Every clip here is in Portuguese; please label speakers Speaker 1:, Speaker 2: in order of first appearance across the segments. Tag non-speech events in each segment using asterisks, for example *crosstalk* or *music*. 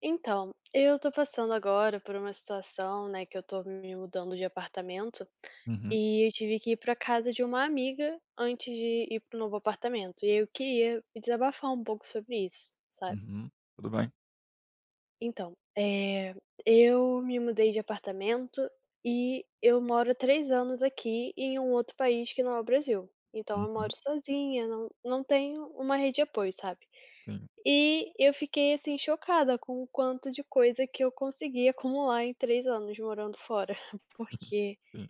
Speaker 1: Então, eu tô passando agora por uma situação, né, que eu tô me mudando de apartamento
Speaker 2: Uhum,
Speaker 1: e eu tive que ir pra casa de uma amiga antes de ir pro novo apartamento. E eu queria desabafar um pouco sobre isso, sabe?
Speaker 2: uhum. Tudo bem.
Speaker 1: Então, eu me mudei de apartamento e eu moro há 3 anos aqui em um outro país que não é o Brasil. Então, eu
Speaker 2: Uhum,
Speaker 1: moro sozinha, não tenho uma rede de apoio, sabe?
Speaker 2: sim.
Speaker 1: E eu fiquei, assim, chocada com o quanto de coisa que eu consegui acumular em 3 anos morando fora, *laughs*
Speaker 2: Uhum,
Speaker 1: porque
Speaker 2: sim.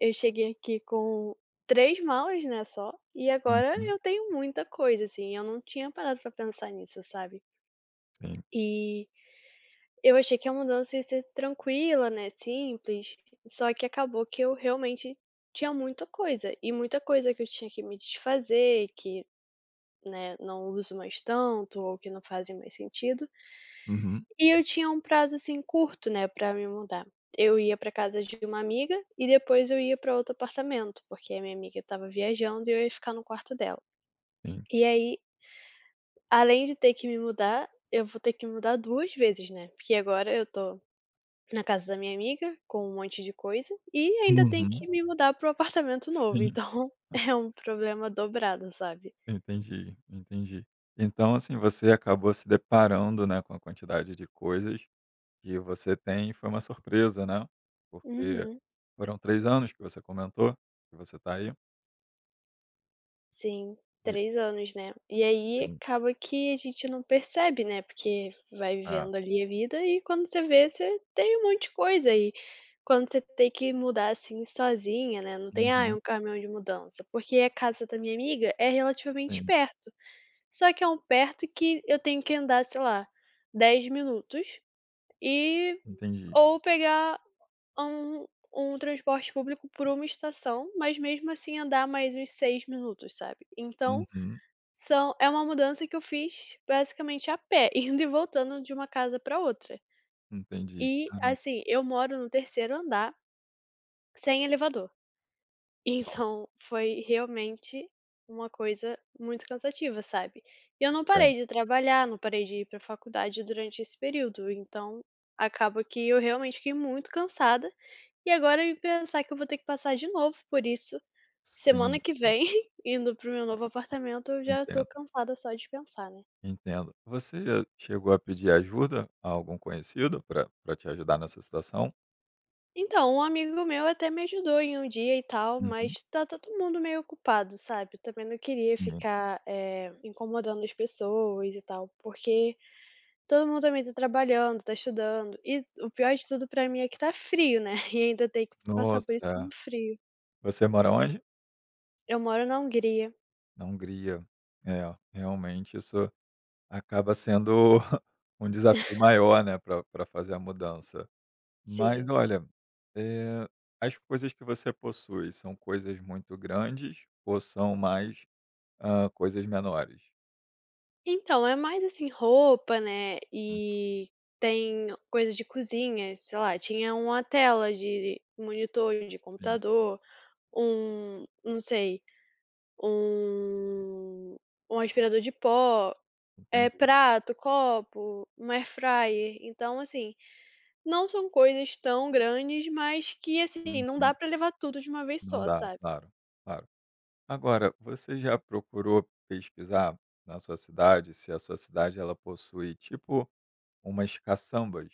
Speaker 1: eu cheguei aqui com 3 malas, né, só, e agora
Speaker 2: Uhum,
Speaker 1: eu tenho muita coisa, assim, eu não tinha parado pra pensar nisso, sabe.
Speaker 2: sim.
Speaker 1: E eu achei que a mudança ia ser tranquila, né, simples, só que acabou que eu realmente tinha muita coisa, e muita coisa que eu tinha que me desfazer, que, né, não uso mais tanto ou que não fazem mais sentido.
Speaker 2: Uhum,
Speaker 1: E eu tinha um prazo, assim, curto, né, pra me mudar. Eu ia pra casa de uma amiga e depois eu ia pra outro apartamento, porque a minha amiga estava viajando e eu ia ficar no quarto dela.
Speaker 2: sim.
Speaker 1: E aí, além de ter que me mudar, eu vou ter que me mudar 2 vezes, né, porque agora eu tô na casa da minha amiga com um monte de coisa e ainda tenho que
Speaker 2: Uhum,
Speaker 1: me mudar pro apartamento novo,
Speaker 2: sim.
Speaker 1: então *laughs*
Speaker 2: *laughs*
Speaker 1: é um problema dobrado, sabe.
Speaker 2: Entendi, entendi. Então, assim, você acabou se deparando, né, com a quantidade de coisas que você tem e foi uma surpresa, né, porque
Speaker 1: Uhum.
Speaker 2: foram 3 anos que você comentou que você está aí?
Speaker 1: Sim,
Speaker 2: E
Speaker 1: 3 anos, né. E aí
Speaker 2: tem
Speaker 1: acaba que a gente não percebe, né, porque vai
Speaker 2: ah,
Speaker 1: vivendo ali a vida e quando você vê, você tem um monte de coisa aí quando você tem que mudar, assim, sozinha, né, não tem: "ah, é um
Speaker 2: uhum,
Speaker 1: caminhão de mudança", porque a casa da minha amiga é relativamente
Speaker 2: sim,
Speaker 1: perto, só que é um perto que eu tenho que andar, sei lá, 10 minutos e
Speaker 2: entendi.
Speaker 1: ou pegar um transporte público por uma estação, mas mesmo assim andar mais uns 6 minutos, sabe. Então
Speaker 2: Uhum,
Speaker 1: são é uma mudança que eu fiz basicamente a pé, *laughs* indo e voltando de uma casa para outra.
Speaker 2: entendi.
Speaker 1: E,
Speaker 2: Caramba,
Speaker 1: assim, eu moro no terceiro andar, sem elevador. *laughs*
Speaker 2: nossa,
Speaker 1: Então foi realmente uma coisa muito cansativa, sabe. E eu não
Speaker 2: é,
Speaker 1: parei de trabalhar, não parei de ir pra faculdade durante esse período, então acaba que eu realmente fiquei muito cansada. E agora em pensar que eu vou ter que passar de novo por isso,
Speaker 2: sim,
Speaker 1: semana que
Speaker 2: sim,
Speaker 1: vem, *laughs* indo para meu novo apartamento, eu já tô
Speaker 2: entendo.
Speaker 1: cansada só de pensar, né.
Speaker 2: Entendo. Você chegou a pedir ajuda a algum conhecido para te ajudar nessa situação?
Speaker 1: Então, um amigo meu até me ajudou em um dia e tal,
Speaker 2: Uhum.
Speaker 1: mas tá todo mundo meio ocupado, sabe? Eu também não queria
Speaker 2: Hum.
Speaker 1: ficar, incomodando as pessoas e tal, porque todo mundo também tá trabalhando, tá estudando. E o pior de tudo pra mim é que tá frio, né? *laughs* E ainda tem que passar por isso no
Speaker 2: Nossa,
Speaker 1: frio.
Speaker 2: você mora onde?
Speaker 1: Eu moro na Hungria,
Speaker 2: Na Hungria. É, realmente isso acaba sendo *laughs* um desafio maior, né, para pra fazer a mudança. Mas
Speaker 1: sim.
Speaker 2: olha, eh, as coisas que você possui são coisas muito grandes ou são mais, coisas menores?
Speaker 1: Então, é mais assim, roupa, né?
Speaker 2: Hum.
Speaker 1: E tem coisa de cozinha, sei lá, tinha uma tela de monitor de
Speaker 2: Sim,
Speaker 1: computador, um, não sei um um aspirador de pó, é
Speaker 2: entendi.
Speaker 1: prato, copo, um air fryer. Então, assim, não são coisas tão grandes, mas que, assim, não dá
Speaker 2: Uhum.
Speaker 1: pra levar tudo de uma vez
Speaker 2: Não
Speaker 1: só,
Speaker 2: dá,
Speaker 1: sabe.
Speaker 2: claro, claro. Agora, você já procurou pesquisar na sua cidade se a sua cidade ela possui tipo umas caçambas?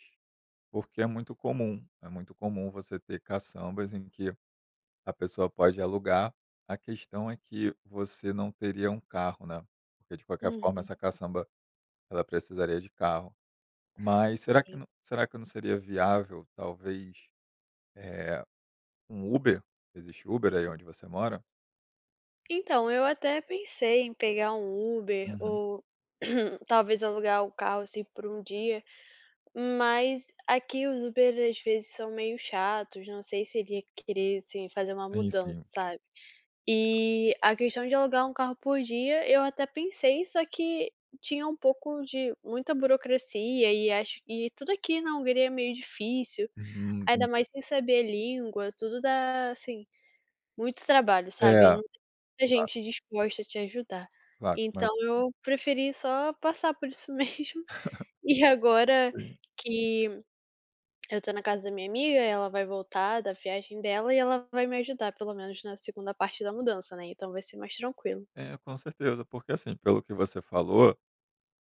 Speaker 2: Porque é muito comum você ter caçambas em que a pessoa pode alugar. A questão é que você não teria um carro, né? Porque de qualquer forma
Speaker 1: Uhum,
Speaker 2: essa caçamba ela precisaria de carro. Mas será que
Speaker 1: sim.
Speaker 2: não, será que não seria viável talvez eh, um Uber? Existe Uber aí onde você mora?
Speaker 1: Então, eu até pensei em pegar um Uber
Speaker 2: Uhum.
Speaker 1: ou *clears throat* talvez alugar o carro, assim, por um dia, mas aqui os Uber às vezes são meio chatos, não sei se iria querer, assim, fazer uma
Speaker 2: Sim,
Speaker 1: mudança,
Speaker 2: sim.
Speaker 1: sabe. E a questão de alugar um carro por dia, eu até pensei, só que tinha um pouco de muita burocracia e acho e tudo aqui na Hungria é meio difícil,
Speaker 2: Uhum,
Speaker 1: ainda
Speaker 2: entendi.
Speaker 1: mais sem saber línguas, tudo dá, assim, muito trabalho, sabe, e
Speaker 2: É.
Speaker 1: não tem muita
Speaker 2: Claro,
Speaker 1: gente disposta a te ajudar.
Speaker 2: claro,
Speaker 1: Então
Speaker 2: mas
Speaker 1: eu preferi só passar por isso *laughs* mesmo. E agora
Speaker 2: sim.
Speaker 1: que eu tô na casa da minha amiga, ela vai voltar da viagem dela e ela vai me ajudar, pelo menos na segunda parte da mudança, né, então vai ser mais tranquilo.
Speaker 2: É, com certeza, porque assim, pelo que você falou,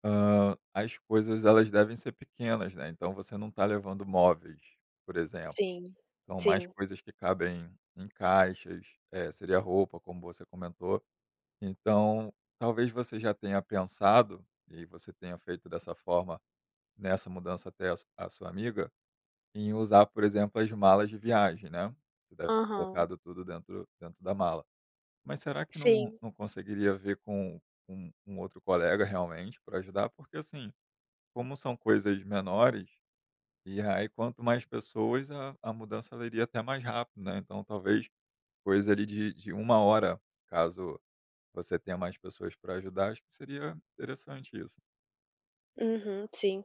Speaker 2: as coisas elas devem ser pequenas, né, então você não está levando móveis, por exemplo.
Speaker 1: Sim,
Speaker 2: Então mais
Speaker 1: sim.
Speaker 2: coisas que cabem em caixas, seria roupa, como você comentou. Então, talvez você já tenha pensado, e você tenha feito dessa forma, nessa mudança até a sua amiga, em usar, por exemplo, as malas de viagem, né, você deve ter
Speaker 1: Aham.
Speaker 2: colocado tudo dentro da mala. Mas será que não
Speaker 1: Sim.
Speaker 2: não conseguiria ver com um outro colega realmente para ajudar? Porque, assim, como são coisas menores, e aí quanto mais pessoas a mudança ela iria até mais rápido, né, então talvez coisa ali de uma hora, caso você tenha mais pessoas para ajudar, acho que seria interessante isso.
Speaker 1: Uhum, sim.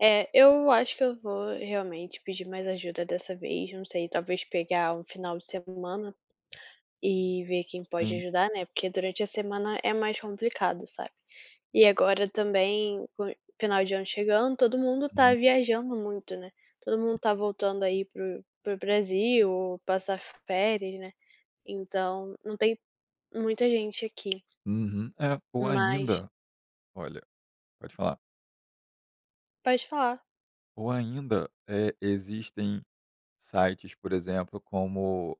Speaker 1: É, eu acho que eu vou realmente pedir mais ajuda dessa vez, não sei, talvez pegar um final de semana e ver quem pode
Speaker 2: Sim.
Speaker 1: ajudar, né, porque durante a semana é mais complicado, sabe. E agora também, com final de ano chegando, todo mundo tá
Speaker 2: Uhum.
Speaker 1: viajando muito, né, todo mundo tá voltando aí pro Brasil, passar férias, né, então não tem muita gente aqui,
Speaker 2: Uhum. É, ou
Speaker 1: mas
Speaker 2: ainda olha, pode falar.
Speaker 1: pode falar.
Speaker 2: Ou ainda, existem sites, por exemplo, como,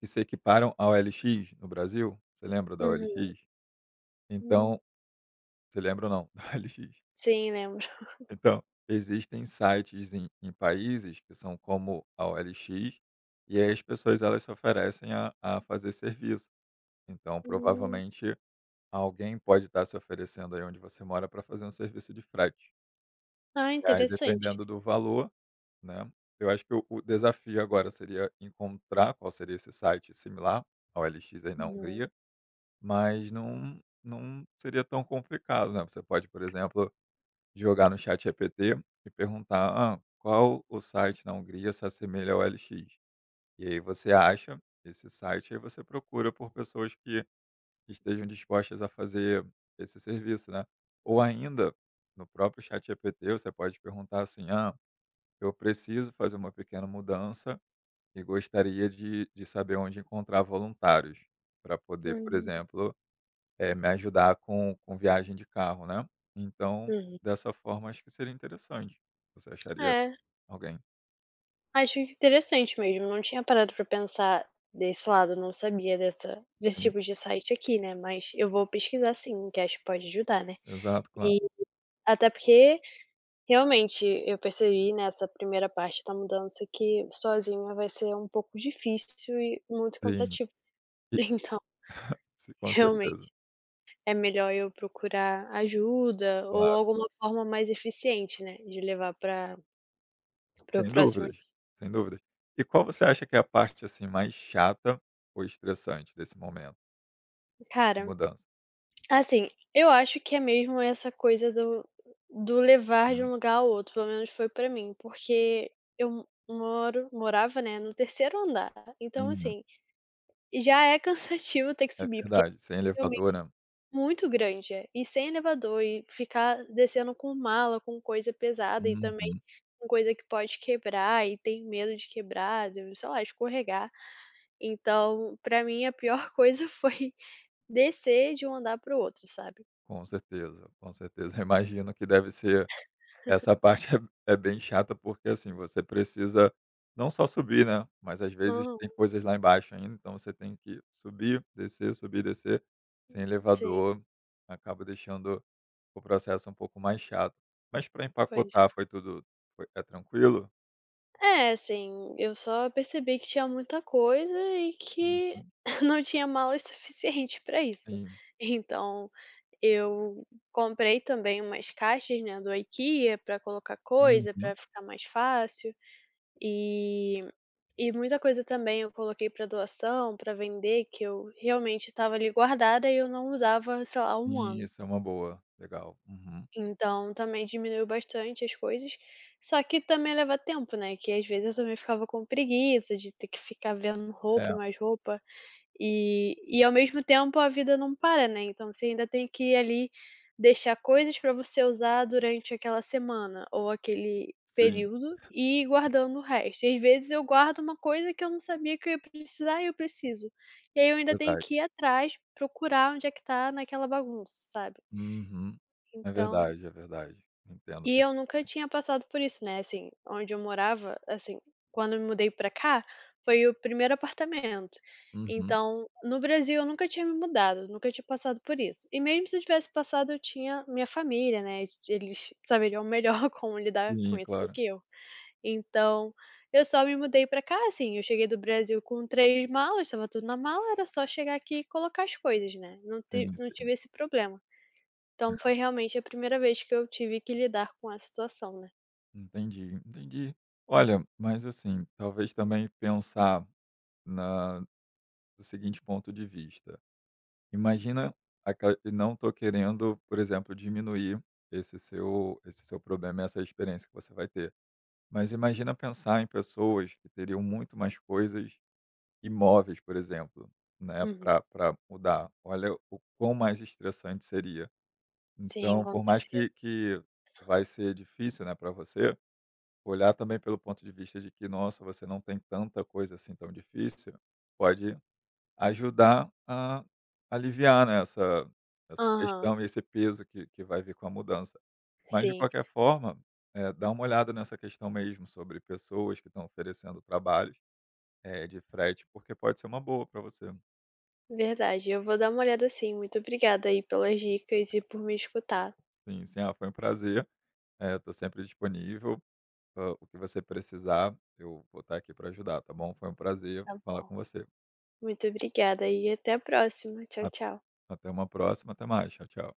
Speaker 2: que se equiparam à OLX no Brasil. Você lembra da
Speaker 1: Uhum.
Speaker 2: OLX?
Speaker 1: Hum,
Speaker 2: Então você lembra ou não *laughs* da OLX?
Speaker 1: sim, lembro.
Speaker 2: Então, existem sites em países que são como a OLX, e aí as pessoas elas se oferecem a fazer serviço. Então
Speaker 1: Hum.
Speaker 2: provavelmente alguém pode estar se oferecendo aí onde você mora para fazer um serviço de frete.
Speaker 1: Ah,
Speaker 2: E aí
Speaker 1: interessante.
Speaker 2: dependendo do valor, né, eu acho que o desafio agora seria encontrar qual seria esse site similar à OLX aí na
Speaker 1: Uhum.
Speaker 2: Hungria. Mas não seria tão complicado, né. Você pode, por exemplo, jogar no chat ChatGPT e perguntar: "Ah, qual o site na Hungria se assemelha ao OLX?" E aí você acha esse site, aí você procura por pessoas que estejam dispostas a fazer esse serviço, né. Ou ainda, no próprio chat ChatGPT, você pode perguntar assim: "Ah, eu preciso fazer uma pequena mudança e gostaria de saber onde encontrar voluntários", para poder, por
Speaker 1: Uhum,
Speaker 2: exemplo, me ajudar com viagem de carro, né. Então,
Speaker 1: uhum.
Speaker 2: dessa forma, acho que seria interessante. Você acharia
Speaker 1: É,
Speaker 2: alguém?
Speaker 1: acho interessante mesmo, não tinha parado pra pensar desse lado, não sabia dessa desse
Speaker 2: Sim,
Speaker 1: tipo de site aqui, né, mas eu vou pesquisar sim, que acho que pode ajudar, né.
Speaker 2: exato, claro.
Speaker 1: E até porque, realmente, eu percebi nessa primeira parte da mudança que sozinha vai ser um pouco difícil e muito
Speaker 2: Sim,
Speaker 1: cansativo. *laughs*
Speaker 2: e
Speaker 1: Então,
Speaker 2: sim, com certeza.
Speaker 1: realmente é melhor eu procurar ajuda ou
Speaker 2: Claro,
Speaker 1: alguma forma mais eficiente, né, de levar pra para o
Speaker 2: sem
Speaker 1: próximo.
Speaker 2: dúvidas, sem dúvidas. E qual você acha que é a parte, assim, mais chata ou estressante desse momento de
Speaker 1: Cara,
Speaker 2: mudança?
Speaker 1: assim, eu acho que é mesmo essa coisa do levar de um
Speaker 2: Hum,
Speaker 1: lugar ao outro, pelo menos foi pra mim, porque eu moro morava, né, no terceiro andar, então
Speaker 2: uhum.
Speaker 1: assim, já é *laughs* cansativo ter que
Speaker 2: É
Speaker 1: subir, porque.
Speaker 2: verdade, sem elevador, né.
Speaker 1: Muito grande, é. E sem elevador, e ficar descendo com mala, com coisa pesada e também
Speaker 2: Uhum.
Speaker 1: com coisa que pode quebrar e tem medo de quebrar, de, sei lá, escorregar. Então, pra mim, a pior *laughs* coisa foi descer de um andar para o outro, sabe.
Speaker 2: Com certeza, com certeza. *laughs* Imagino que deve ser. Essa parte é bem chata, porque, assim, você precisa não só subir, né, mas às vezes
Speaker 1: Aham.
Speaker 2: tem coisas lá embaixo ainda, então você tem que subir, descer, subir, descer. Sem
Speaker 1: Sim,
Speaker 2: elevador, acaba deixando o processo um pouco mais chato. Mas para
Speaker 1: pois é.
Speaker 2: empacotar foi é tranquilo?
Speaker 1: É, assim, eu só percebi que tinha muita coisa e que
Speaker 2: Uhum,
Speaker 1: *laughs* não tinha mala *laughs* suficiente pra isso.
Speaker 2: sim.
Speaker 1: Então eu comprei também umas caixas, né, do IKEA para colocar coisa,
Speaker 2: Uhum.
Speaker 1: para ficar mais fácil, e muita coisa também eu coloquei para doação, para vender, que eu realmente estava ali guardada e eu não usava, sei lá, há um
Speaker 2: Sim,
Speaker 1: ano.
Speaker 2: isso, é uma boa. Legal. Uhum.
Speaker 1: Então também diminuiu bastante as coisas, só que também leva tempo, né, que às vezes eu também ficava com preguiça de ter que ficar vendo roupa
Speaker 2: É,
Speaker 1: e mais roupa. E ao mesmo tempo a vida não para, né, então você ainda tem que ir ali deixar coisas para você usar durante aquela semana ou aquele
Speaker 2: sim,
Speaker 1: período e ir guardando o resto. E às vezes eu guardo uma coisa que eu não sabia que eu ia precisar e eu preciso. E aí
Speaker 2: é
Speaker 1: eu ainda tenho
Speaker 2: verdade.
Speaker 1: que ir atrás, procurar onde é que tá naquela bagunça, sabe.
Speaker 2: Uhum. É
Speaker 1: Então
Speaker 2: verdade, é verdade. Entendo per
Speaker 1: eu nunca tinha passado por isso, né, assim, onde eu morava, assim, quando eu me mudei pra cá, foi o primeiro apartamento.
Speaker 2: Uhum.
Speaker 1: Então, no Brasil eu nunca tinha me mudado, nunca tinha passado por isso. E mesmo se eu tivesse passado, eu tinha minha família, né, eles saberiam melhor *laughs* como lidar com
Speaker 2: Sim,
Speaker 1: isso do
Speaker 2: claro.
Speaker 1: que eu. Então, eu só me mudei pra cá, assim, eu cheguei do Brasil com 3 malas, estava tudo na mala, era só chegar aqui e colocar as coisas, né,
Speaker 2: Sim,
Speaker 1: não
Speaker 2: sim.
Speaker 1: tive esse problema. Então foi
Speaker 2: É.
Speaker 1: realmente a primeira vez que eu tive que lidar com a situação, né.
Speaker 2: Entendi, entendi. Olha, mas assim, talvez também pensar na do seguinte ponto de vista. Imagina, e não estou querendo, por exemplo, diminuir esse seu problema, e essa experiência que você vai ter. Mas imagina pensar em pessoas que teriam muito mais coisas imóveis, por exemplo, né,
Speaker 1: Uhum.
Speaker 2: para mudar. Olha o quão mais estressante seria.
Speaker 1: Sim,
Speaker 2: Então,
Speaker 1: com
Speaker 2: por mais
Speaker 1: certeza.
Speaker 2: que vai ser difícil, né, para você, olhar também pelo ponto de vista de que, nossa, você não tem tanta coisa assim tão difícil, pode ajudar a aliviar, né, essa
Speaker 1: Aham,
Speaker 2: questão e esse peso que vai vir com a mudança. Mas de
Speaker 1: sim,
Speaker 2: qualquer forma, dá uma olhada nessa questão mesmo sobre pessoas que estão oferecendo trabalhos, de frete, porque pode ser uma boa para você.
Speaker 1: verdade. Eu vou dar uma olhada sim. Muito obrigada aí pelas dicas e por me escutar.
Speaker 2: Sim, sim: "Ah, foi um prazer, estou sempre disponível, o que você precisar, eu vou estar aqui para ajudar, tá bom? Foi um prazer
Speaker 1: Tá
Speaker 2: falar
Speaker 1: bom.
Speaker 2: com você".
Speaker 1: Muito obrigada e até a próxima. Tchau, tchau.
Speaker 2: Até uma próxima, até mais. Tchau, tchau.